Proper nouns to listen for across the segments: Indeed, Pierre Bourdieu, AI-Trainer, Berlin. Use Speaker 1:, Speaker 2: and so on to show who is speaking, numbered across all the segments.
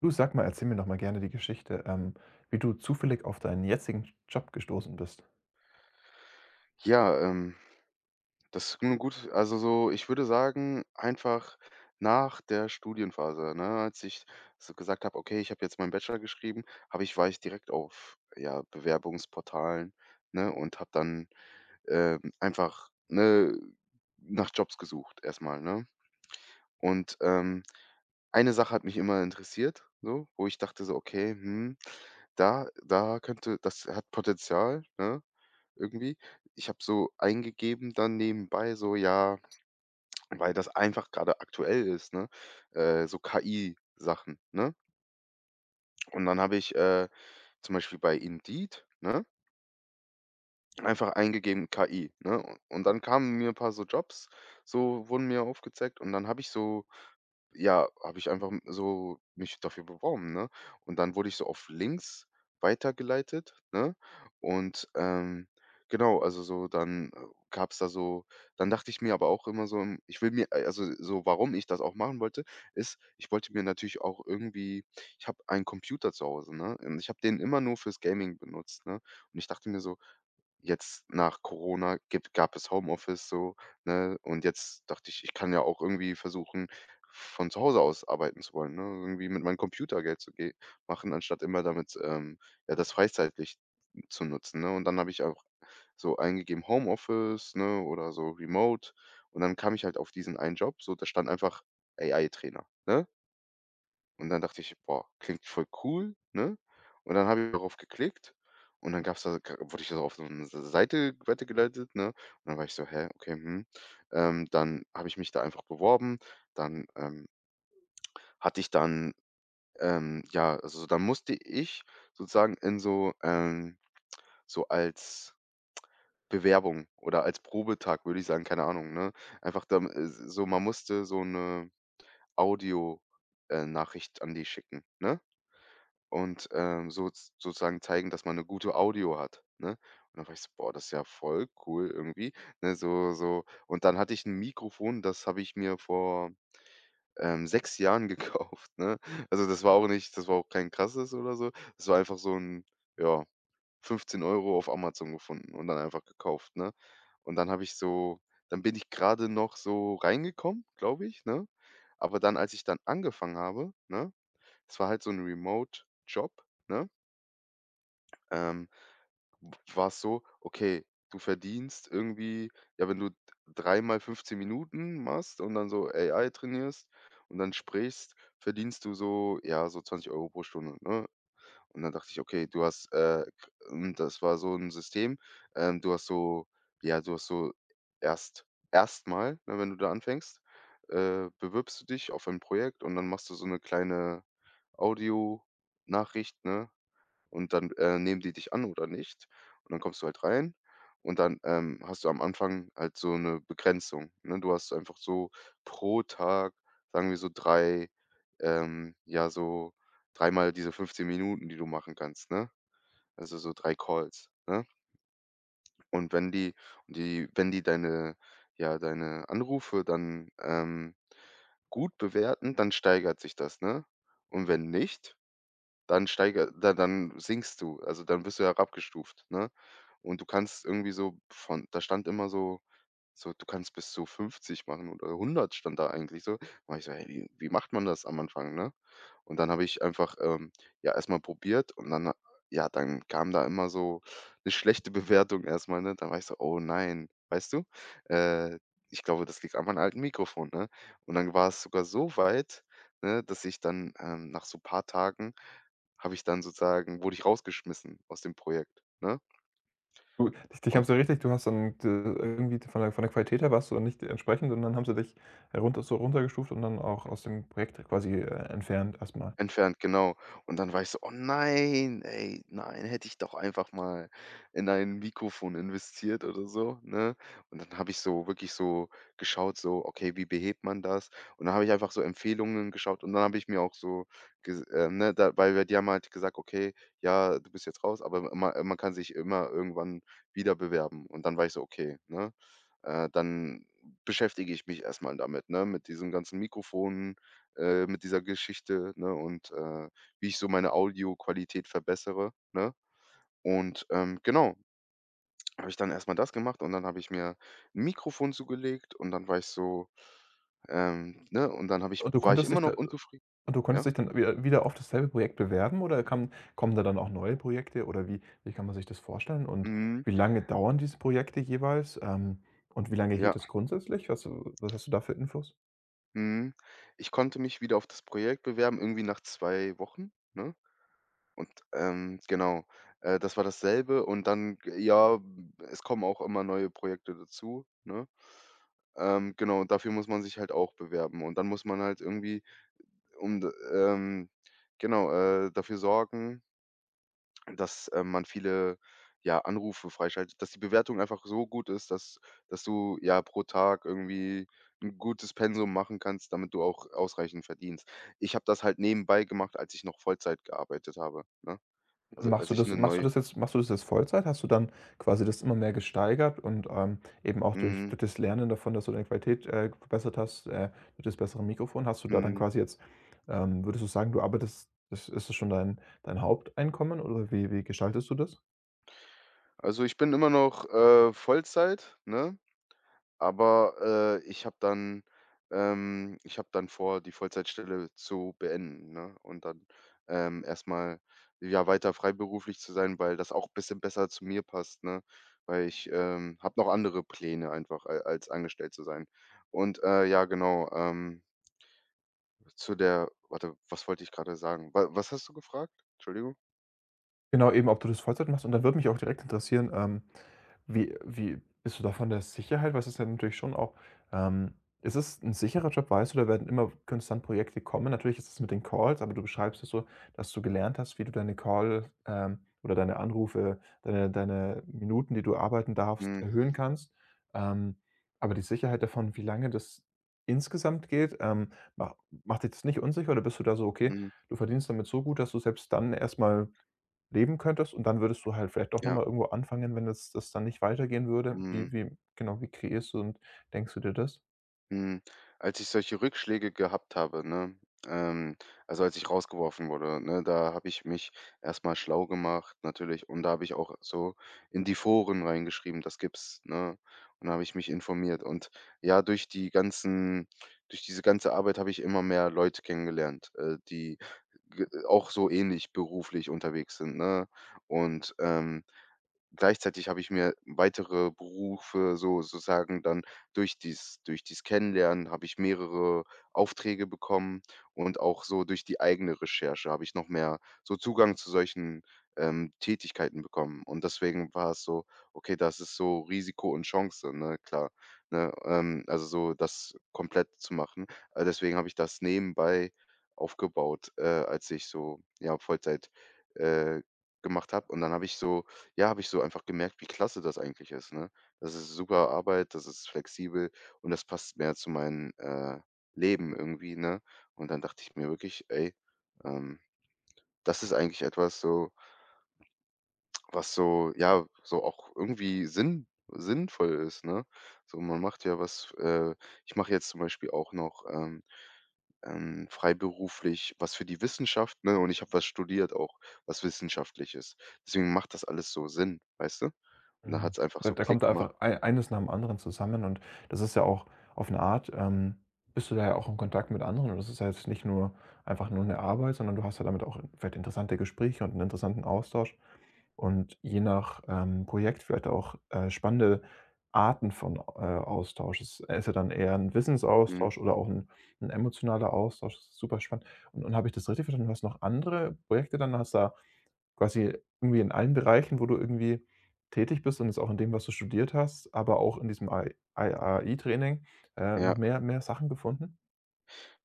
Speaker 1: Du, sag mal, erzähl mir doch mal gerne die Geschichte, wie du zufällig auf deinen jetzigen Job gestoßen bist.
Speaker 2: Ja, das ist 'ne gute also so, ich würde sagen, einfach nach der Studienphase, ne, als ich so gesagt habe: „Okay, ich habe jetzt meinen Bachelor geschrieben", habe ich war ich direkt auf, ja, Bewerbungsportalen, ne, und habe dann, einfach, ne, nach Jobs gesucht, erstmal, ne? Und, eine Sache hat mich immer interessiert, so, wo ich dachte so: „Okay, da da könnte das hat Potenzial", ne? Irgendwie. Ich habe so eingegeben dann nebenbei so, ja, weil das einfach gerade aktuell ist, ne? So KI-Sachen, ne? Und dann habe ich, zum Beispiel bei Indeed, ne, einfach eingegeben KI, ne? Und dann kamen mir ein paar so Jobs, so wurden mir aufgezeigt, und dann habe ich so ja, habe ich einfach m so mich dafür beworben, ne? Und dann wurde ich so auf links weitergeleitet, ne? Und, genau, also so dann, gab es da so dann dachte ich mir aber auch immer so, ich will mir also so, warum ich das auch machen wollte, ist, ich wollte mir natürlich auch irgendwie ich habe einen Computer zu Hause, ne, und ich habe den immer nur fürs Gaming benutzt, ne? Und ich dachte mir so: Jetzt nach Corona gibt gab es Homeoffice so, ne? Und jetzt dachte ich, ich kann ja auch irgendwie versuchen, von zu Hause aus arbeiten zu wollen, ne? Irgendwie mit meinem Computer Geld zu ge machen, anstatt immer damit, ja, das freizeitlich zu nutzen, ne? Und dann habe ich auch so eingegeben Homeoffice, ne, oder so remote, und dann kam ich halt auf diesen einen Job, so da stand einfach AI-Trainer, ne? Und dann dachte ich: „Boah, klingt voll cool", ne? Und dann habe ich darauf geklickt, und dann gab's da ka wurde ich so auf so eine Se Seite weitergeleitet, ne? Und dann war ich so: „Hä, okay, mhm." Dann habe ich mich da einfach beworben. Dann, hatte ich dann, ja, also so, dann musste ich sozusagen in so, so als Bewerbung oder als Probetag, würde ich sagen, keine Ahnung, ne? Einfach dam so man musste so eine Audio Nachricht an die schicken, ne? Und, sozusagen zeigen, dass man eine gute Audio hat, ne? Und dann war ich so: „Boah, das ist ja voll cool irgendwie", ne, so. Und dann hatte ich ein Mikrofon, das habe ich mir vor, 6 Jahren gekauft, ne? Also, das war auch kein krasses oder so. Das war einfach so ein, ja, 15 € auf Amazon gefunden und dann einfach gekauft, ne? Und dann habe ich so dann bin ich gerade noch so reingekommen, glaube ich, ne? Aber dann, als ich dann angefangen habe, ne, es war halt so ein Remote-Job, ne? Ähm, w war's so, okay, du verdienst irgendwie, ja, wenn du d dreimal 15 Minuten machst und dann so AI trainierst und dann sprichst, verdienst du so, ja, so 20 € pro Stunde, ne? Und dann dachte ich: „Okay, du hast, k" und das war so ein System, du hast so, ja, du hast so erst erstmal, ne, wenn du da anfängst, bewirbst du dich auf ein Projekt und dann machst du so eine kleine Audio Nachricht ne? Und dann, nehmen die dich an oder nicht. Und dann kommst du halt rein, und dann, hast du am Anfang halt so eine Begrenzung, ne? Du hast einfach so pro Tag, sagen wir so 3 ja, so dreimal diese 15 Minuten, die du machen kannst, ne? Also, so 3 Calls, ne? Und wenn die die wenn die deine, ja, deine Anrufe dann, gut bewerten, dann steigert sich das, ne? Und wenn nicht, dann steiger da dann sinkst du, also, dann wirst du herabgestuft, ne? Und du kannst irgendwie, so, von, da stand immer so, so, du kannst bis zu 50 machen oder 100 stand da eigentlich so. War ich so: „Hey, wie macht man das am Anfang", ne? Und dann habe ich einfach, ja, erstmal probiert, und dann, ja, dann kam da immer so eine schlechte Bewertung erstmal, ne? Dann war ich so: „Oh nein", weißt du? Äh, Ich glaube, das liegt an meinem alten Mikrofon, ne? Und dann war es sogar so weit, ne, dass ich dann, nach so ein paar Tagen habe ich dann sozusagen wurde ich rausgeschmissen aus dem Projekt, ne?
Speaker 1: Du, dich haben
Speaker 2: Und
Speaker 1: sie richtig, du hast dann d irgendwie von der Qualität her warst du nicht entsprechend und dann haben sie dich herunter so runtergestuft und dann auch aus dem Projekt quasi, entfernt erstmal.
Speaker 2: entfernt, genau. Und dann war ich so: „Oh nein, ey, nein, hätte ich doch einfach mal in ein Mikrofon investiert oder so", ne? Und dann habe ich so wirklich so geschaut, so: „Okay, wie behebt man das?" Und dann habe ich einfach so Empfehlungen geschaut, und dann habe ich mir auch so ges ne, da weil wir, die haben halt gesagt: „Okay, ja, du bist jetzt raus, aber ma man kann sich immer irgendwann wieder bewerben." Und dann war ich so: „Okay, ne, dann beschäftige ich mich erst mal damit, ne, mit diesem ganzen Mikrofon mit dieser Geschichte, ne, und, wie ich so meine Audioqualität verbessere, ne? Und, genau, habe ich dann erst mal das gemacht, und dann habe ich mir ein Mikrofon zugelegt, und dann war ich so, ne, und dann habe ich
Speaker 1: Und du
Speaker 2: war ich
Speaker 1: konntest
Speaker 2: immer
Speaker 1: dich
Speaker 2: noch
Speaker 1: da,
Speaker 2: unzufrieden.
Speaker 1: und du konntest
Speaker 2: Ja.
Speaker 1: dich dann wieder auf dasselbe Projekt bewerben, oder kam kommen da dann auch neue Projekte, oder wie kann man sich das vorstellen? Und
Speaker 2: Mhm.
Speaker 1: wie lange dauern diese Projekte jeweils? Und wie lange
Speaker 2: Ja.
Speaker 1: geht das grundsätzlich? Was hast du da für Infos?
Speaker 2: Mhm. Ich konnte mich wieder auf das Projekt bewerben, irgendwie nach 2 Wochen, ne? Und, genau, das war dasselbe, und dann, g ja, es kommen auch immer neue Projekte dazu, ne? Genau, und dafür muss man sich halt auch bewerben, und dann muss man halt irgendwie, um d ähm, genau, dafür sorgen, dass, man viele, ja, Anrufe freischaltet, dass die Bewertung einfach so gut ist, dass du, ja, pro Tag irgendwie ein gutes Pensum machen kannst, damit du auch ausreichend verdienst. Ich habe das halt nebenbei gemacht, als ich noch Vollzeit gearbeitet habe, ne?
Speaker 1: Und
Speaker 2: Also, als ich eine neue.
Speaker 1: machst du das jetzt Vollzeit? Hast du dann quasi das immer mehr gesteigert und, eben auch durch
Speaker 2: Mhm,
Speaker 1: das Lernen davon, dass du deine Qualität, verbessert hast, durch das bessere Mikrofon, hast du da dann
Speaker 2: mhm.
Speaker 1: quasi jetzt, würdest du sagen, du arbeitest, ist das schon dein Haupteinkommen oder wie gestaltest du das?
Speaker 2: Also, ich bin immer noch, Vollzeit, ne? Aber, ich habe dann vor, die Vollzeitstelle zu beenden, ne? Und dann, erst, ja, weiter freiberuflich zu sein, weil das auch ein bisschen besser zu mir passt, ne? Weil ich, habe noch andere Pläne, einfach, a als angestellt zu sein. Und, ja, genau, zu der warte, was wollte ich gerade sagen? Wa was hast du gefragt? Entschuldigung.
Speaker 1: Genau, eben, ob du das Vollzeit machst, und dann würde mich auch direkt interessieren, wie bist du da von der Sicherheit, was ist ja natürlich schon auch, ähm, ist es 'n sicherer Job, weißt du, da werden immer konstant Projekte kommen. Natürlich ist es mit den Calls, aber du beschreibst es so, dass du gelernt hast, wie du deine Call, ähm, oder deine Anrufe, deine Minuten, die du arbeiten darfst,
Speaker 2: Mhm,
Speaker 1: erhöhen kannst. Ähm, aber die Sicherheit davon, wie lange das insgesamt geht, ma macht dich das nicht unsicher oder bist du da so: „Okay,
Speaker 2: mhm,
Speaker 1: du verdienst damit so gut, dass du selbst dann erstmal leben könntest und dann würdest du halt vielleicht doch noch
Speaker 2: ja,
Speaker 1: mal irgendwo anfangen, wenn das dann nicht weitergehen würde? Wie
Speaker 2: mhm.
Speaker 1: wie genau, wie kreierst du und denkst du dir das?“
Speaker 2: Hm, Als ich solche Rückschläge gehabt habe, ne, ähm also, als ich rausgeworfen wurde, ne, da habe ich mich erst mal schlau gemacht natürlich, und da habe ich auch so in die Foren reingeschrieben: „Das gibt's", ne? Und da habe ich mich informiert, und, ja, durch diese ganze Arbeit habe ich immer mehr Leute kennengelernt, die g auch so ähnlich beruflich unterwegs sind, ne? Und, gleichzeitig habe ich mir weitere Berufe so sozusagen dann, durch dies Kennenlernen, habe ich mehrere Aufträge bekommen, und auch so durch die eigene Recherche habe ich noch mehr so Zugang zu solchen, Tätigkeiten bekommen. Und deswegen war es so: „Okay, das ist so Risiko und Chance", ne, klar, ne? Also so das komplett zu machen. Deswegen habe ich das nebenbei aufgebaut, als ich so, ja, Vollzeit, äh, gemacht habe. Und dann habe ich so ja, habe ich so einfach gemerkt, wie klasse das eigentlich ist, ne? Das ist super Arbeit, das ist flexibel, und das passt mehr zu meinem, Leben irgendwie, ne? Und dann dachte ich mir wirklich: „Ey, ähm, das ist eigentlich etwas so, was so, ja, so auch irgendwie sinnvoll ist", ne? So, man macht ja was ich mache jetzt zum Beispiel auch noch, freiberuflich was für die Wissenschaft, ne, und ich habe was studiert auch, was Wissenschaftliches. Deswegen macht das alles so Sinn, weißt du? Und da
Speaker 1: Mhm.
Speaker 2: hat es einfach
Speaker 1: Da
Speaker 2: so
Speaker 1: da
Speaker 2: Klick
Speaker 1: kommt da
Speaker 2: gemacht.
Speaker 1: einfach ei eines nach dem anderen zusammen, und das ist ja auch auf eine Art, bist du da ja auch in Kontakt mit anderen, und das ist ja jetzt nicht nur einfach nur eine Arbeit, sondern du hast ja damit auch vielleicht interessante Gespräche und einen interessanten Austausch. Und je nach, Projekt vielleicht auch, spannende Arten von, Austausch. Ist er dann eher ein
Speaker 2: Mhm.
Speaker 1: Wissensaustausch oder auch ein 'n emotionaler Austausch? Das ist super spannend. Und habe ich das richtig verstanden, du hast noch andere Projekte, dann hast da quasi irgendwie in allen Bereichen, wo du irgendwie tätig bist und jetzt auch in dem, was du studiert hast, aber auch in diesem AI AI-Training,
Speaker 2: Ja.
Speaker 1: noch mehr Sachen gefunden?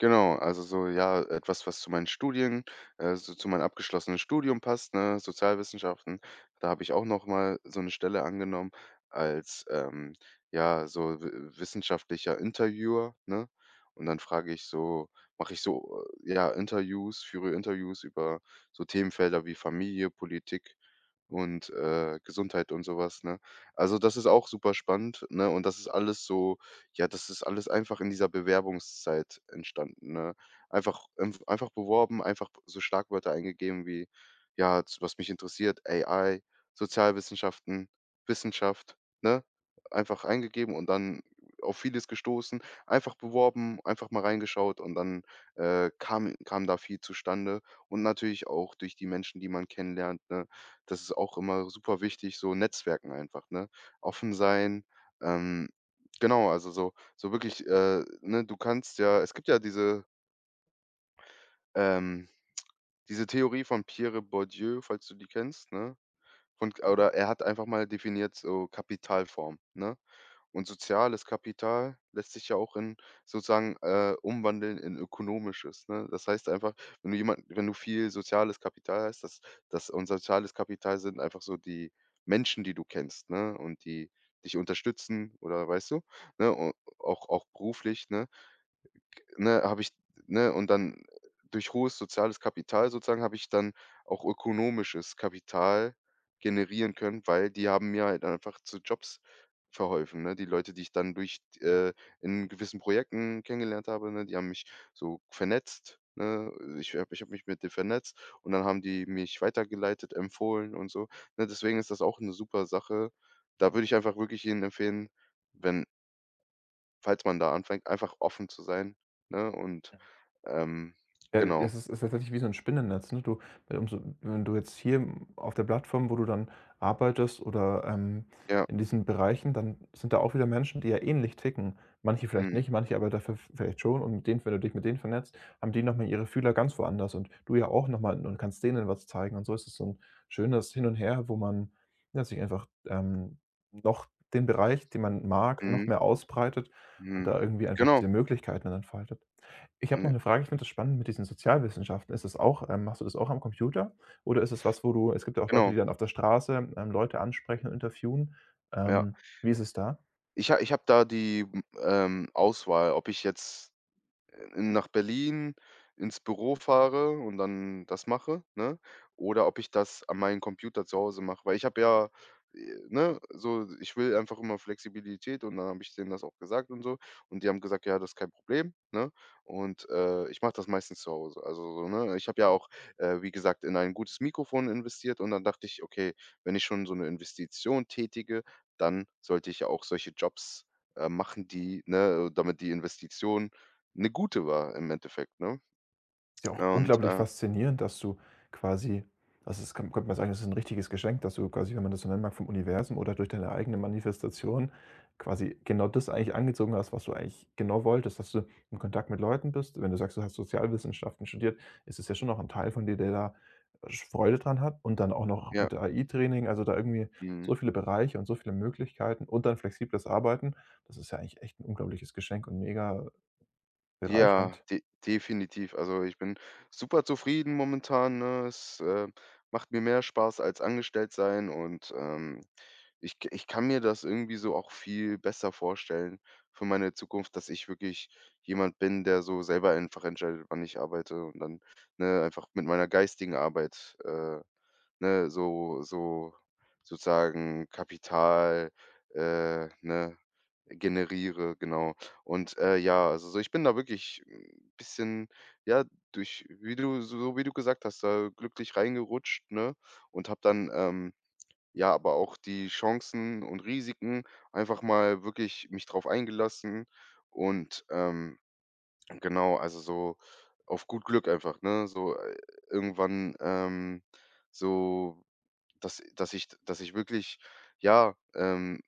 Speaker 2: Genau, also so, ja, etwas, was zu meinen Studien so zu meinem abgeschlossenen Studium passt, ne, Sozialwissenschaften. Da habe ich auch noch mal so eine Stelle angenommen als, ja, so w wissenschaftlicher Interviewer, ne? Und dann frage ich so mache ich so, ja, Interviews führe Interviews über so Themenfelder wie Familie, Politik und, Gesundheit und sowas, ne? Also, das ist auch super spannend, ne? Und das ist alles so ja, das ist alles einfach in dieser Bewerbungszeit entstanden, ne? Einfach einfach beworben, einfach so Schlagwörter eingegeben wie, ja, z was mich interessiert, AI, Sozialwissenschaften, Wissenschaft, ne? Einfach eingegeben und dann auf vieles gestoßen, einfach beworben, einfach mal reingeschaut, und dann, kam da viel zustande, und natürlich auch durch die Menschen, die man kennenlernt, ne? Das ist auch immer super wichtig, so Netzwerken einfach, ne? Offen sein, ähm genau, also so wirklich, ne, du kannst ja, es gibt ja ähm diese Theorie von Pierre Bourdieu, falls du die kennst, ne? Von Oder er hat einfach mal definiert so Kapitalform, ne? Und soziales Kapital lässt sich ja auch in sozusagen, umwandeln in ökonomisches, ne? Das heißt einfach, wenn du viel soziales Kapital hast, das und soziales Kapital sind einfach so die Menschen, die du kennst, ne, und die dich unterstützen oder weißt du, ne, au auch beruflich, ne? Ne, habe ich ne, und dann durch hohes soziales Kapital sozusagen habe ich dann auch ökonomisches Kapital generieren können, weil die haben mir halt einfach zu Jobs verholfen, ne? Die Leute, die ich dann durch in gewissen Projekten kennengelernt habe, ne, die haben mich so vernetzt, ne? Ich habe mich mit denen vernetzt und dann haben die mich weitergeleitet, empfohlen und so, ne? Deswegen ist das auch eine super Sache. Da würde ich einfach wirklich jedem empfehlen, wenn falls man da anfängt, einfach offen zu sein, ne, und ähm,
Speaker 1: Ja,
Speaker 2: genau,
Speaker 1: es ist tatsächlich wie so ein Spinnennetz, ne? Du, umso, wenn du jetzt hier, hm, auf der Plattform, wo du dann arbeitest oder,
Speaker 2: ja.
Speaker 1: in diesen Bereichen, dann sind da auch wieder Menschen, die ja ähnlich ticken. Manche vielleicht
Speaker 2: Mhm,
Speaker 1: nicht, manche aber dafür v vielleicht schon, und mit denen, wenn du dich mit denen vernetzt, haben die noch mal ihre Fühler ganz woanders und du ja auch noch mal und kannst denen was zeigen, und so ist es so 'n schönes Hin und Her, wo man, ja, sich einfach, noch den Bereich, den man mag, noch
Speaker 2: mhm,
Speaker 1: mehr ausbreitet und
Speaker 2: mhm.
Speaker 1: da irgendwie einfach
Speaker 2: Genau,
Speaker 1: diese Möglichkeiten dann entfaltet. Ich habe noch
Speaker 2: ne,
Speaker 1: eine Frage. Ich finde das spannend mit diesen Sozialwissenschaften. Ist das auch, machst du das auch am Computer? Oder ist es was, wo du, es gibt ja auch Leute,
Speaker 2: genau,
Speaker 1: die dann auf der Straße, Leute ansprechen und interviewen.
Speaker 2: ja.
Speaker 1: Wie ist es da?
Speaker 2: Ich habe da die, Auswahl, ob ich jetzt nach Berlin ins Büro fahre und dann das mache, ne? Oder ob ich das an meinem Computer zu Hause mache. Weil ich habe ja, ne, so, ich will einfach immer Flexibilität und dann habe ich denen das auch gesagt und so. Und die haben gesagt, ja, das ist kein Problem, ne? Und ich mache das meistens zu Hause. Also, so, ne? Ich habe ja auch, wie gesagt, in ein gutes Mikrofon investiert und dann dachte ich, okay, wenn ich schon so eine Investition tätige, dann sollte ich ja auch solche Jobs machen die, ne, damit die Investition 'ne gute war im Endeffekt, ne?
Speaker 1: Ist ja auch
Speaker 2: Und,
Speaker 1: unglaublich faszinierend, dass du quasi, also, es kann könnte man sagen, das ist ein richtiges Geschenk, dass du quasi, wenn man das so nennen mag, vom Universum oder durch deine eigene Manifestation quasi genau das eigentlich angezogen hast, was du eigentlich genau wolltest, dass du in Kontakt mit Leuten bist. Wenn du sagst, du hast Sozialwissenschaften studiert, ist es ja schon noch ein Teil von dir, der da Freude dran hat, und dann auch noch
Speaker 2: ja,
Speaker 1: mit AI-Training, also, da irgendwie so
Speaker 2: mhm.
Speaker 1: viele Bereiche und so viele Möglichkeiten und dann flexibles Arbeiten. Das ist ja eigentlich echt ein unglaubliches Geschenk und mega
Speaker 2: Ja,
Speaker 1: bereichernd.
Speaker 2: de definitiv. Also, ich bin super zufrieden momentan, ne? Es, macht mir mehr Spaß als angestellt sein, und ich kann mir das irgendwie so auch viel besser vorstellen für meine Zukunft, dass ich wirklich jemand bin, der so selber einfach entscheidet, wann ich arbeite, und dann, ne, einfach mit meiner geistigen Arbeit, ne, so so sozusagen Kapital, ne, generiere, genau. Und, ja, also so ich bin da wirklich 'n bisschen, ja, durch wie du gesagt hast, da glücklich reingerutscht, ne, und habe dann, ja, aber auch die Chancen und Risiken einfach mal wirklich mich drauf eingelassen, und genau, also so auf gut Glück einfach, ne? So, irgendwann, so dass ich dass ich wirklich, ja,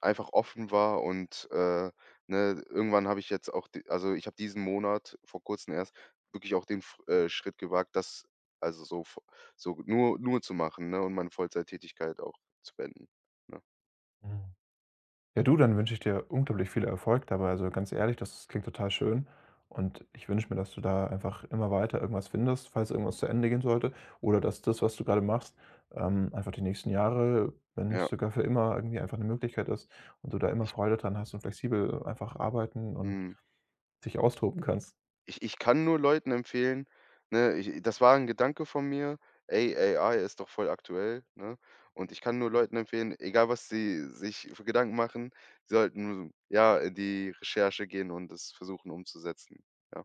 Speaker 2: einfach offen war, und ne, irgendwann habe ich jetzt auch d also, ich habe diesen Monat vor Kurzem erst wirklich auch den f Schritt gewagt, das also, so v so nur zu machen, ne, und meine Vollzeittätigkeit auch zu beenden, ne?
Speaker 1: Mhm. Ja, du, dann wünsche ich dir unglaublich viel Erfolg dabei. Also ganz ehrlich, das klingt total schön. Und ich wünsche mir, dass du da einfach immer weiter irgendwas findest, falls irgendwas zu Ende gehen sollte. Oder dass das, was du gerade machst, einfach die nächsten Jahre, wenn nicht
Speaker 2: Ja,
Speaker 1: sogar für immer, irgendwie einfach eine Möglichkeit ist und du da immer
Speaker 2: ich
Speaker 1: Freude dran hast und flexibel einfach arbeiten und
Speaker 2: mhm.
Speaker 1: dich austoben kannst.
Speaker 2: Ich kann nur Leuten empfehlen, ne, ich das war ein Gedanke von mir: „Ey, AI ist doch voll aktuell“, ne? Und ich kann nur Leuten empfehlen, egal was sie sich für Gedanken machen, sie sollten, ja, in die Recherche gehen und es versuchen umzusetzen, ja.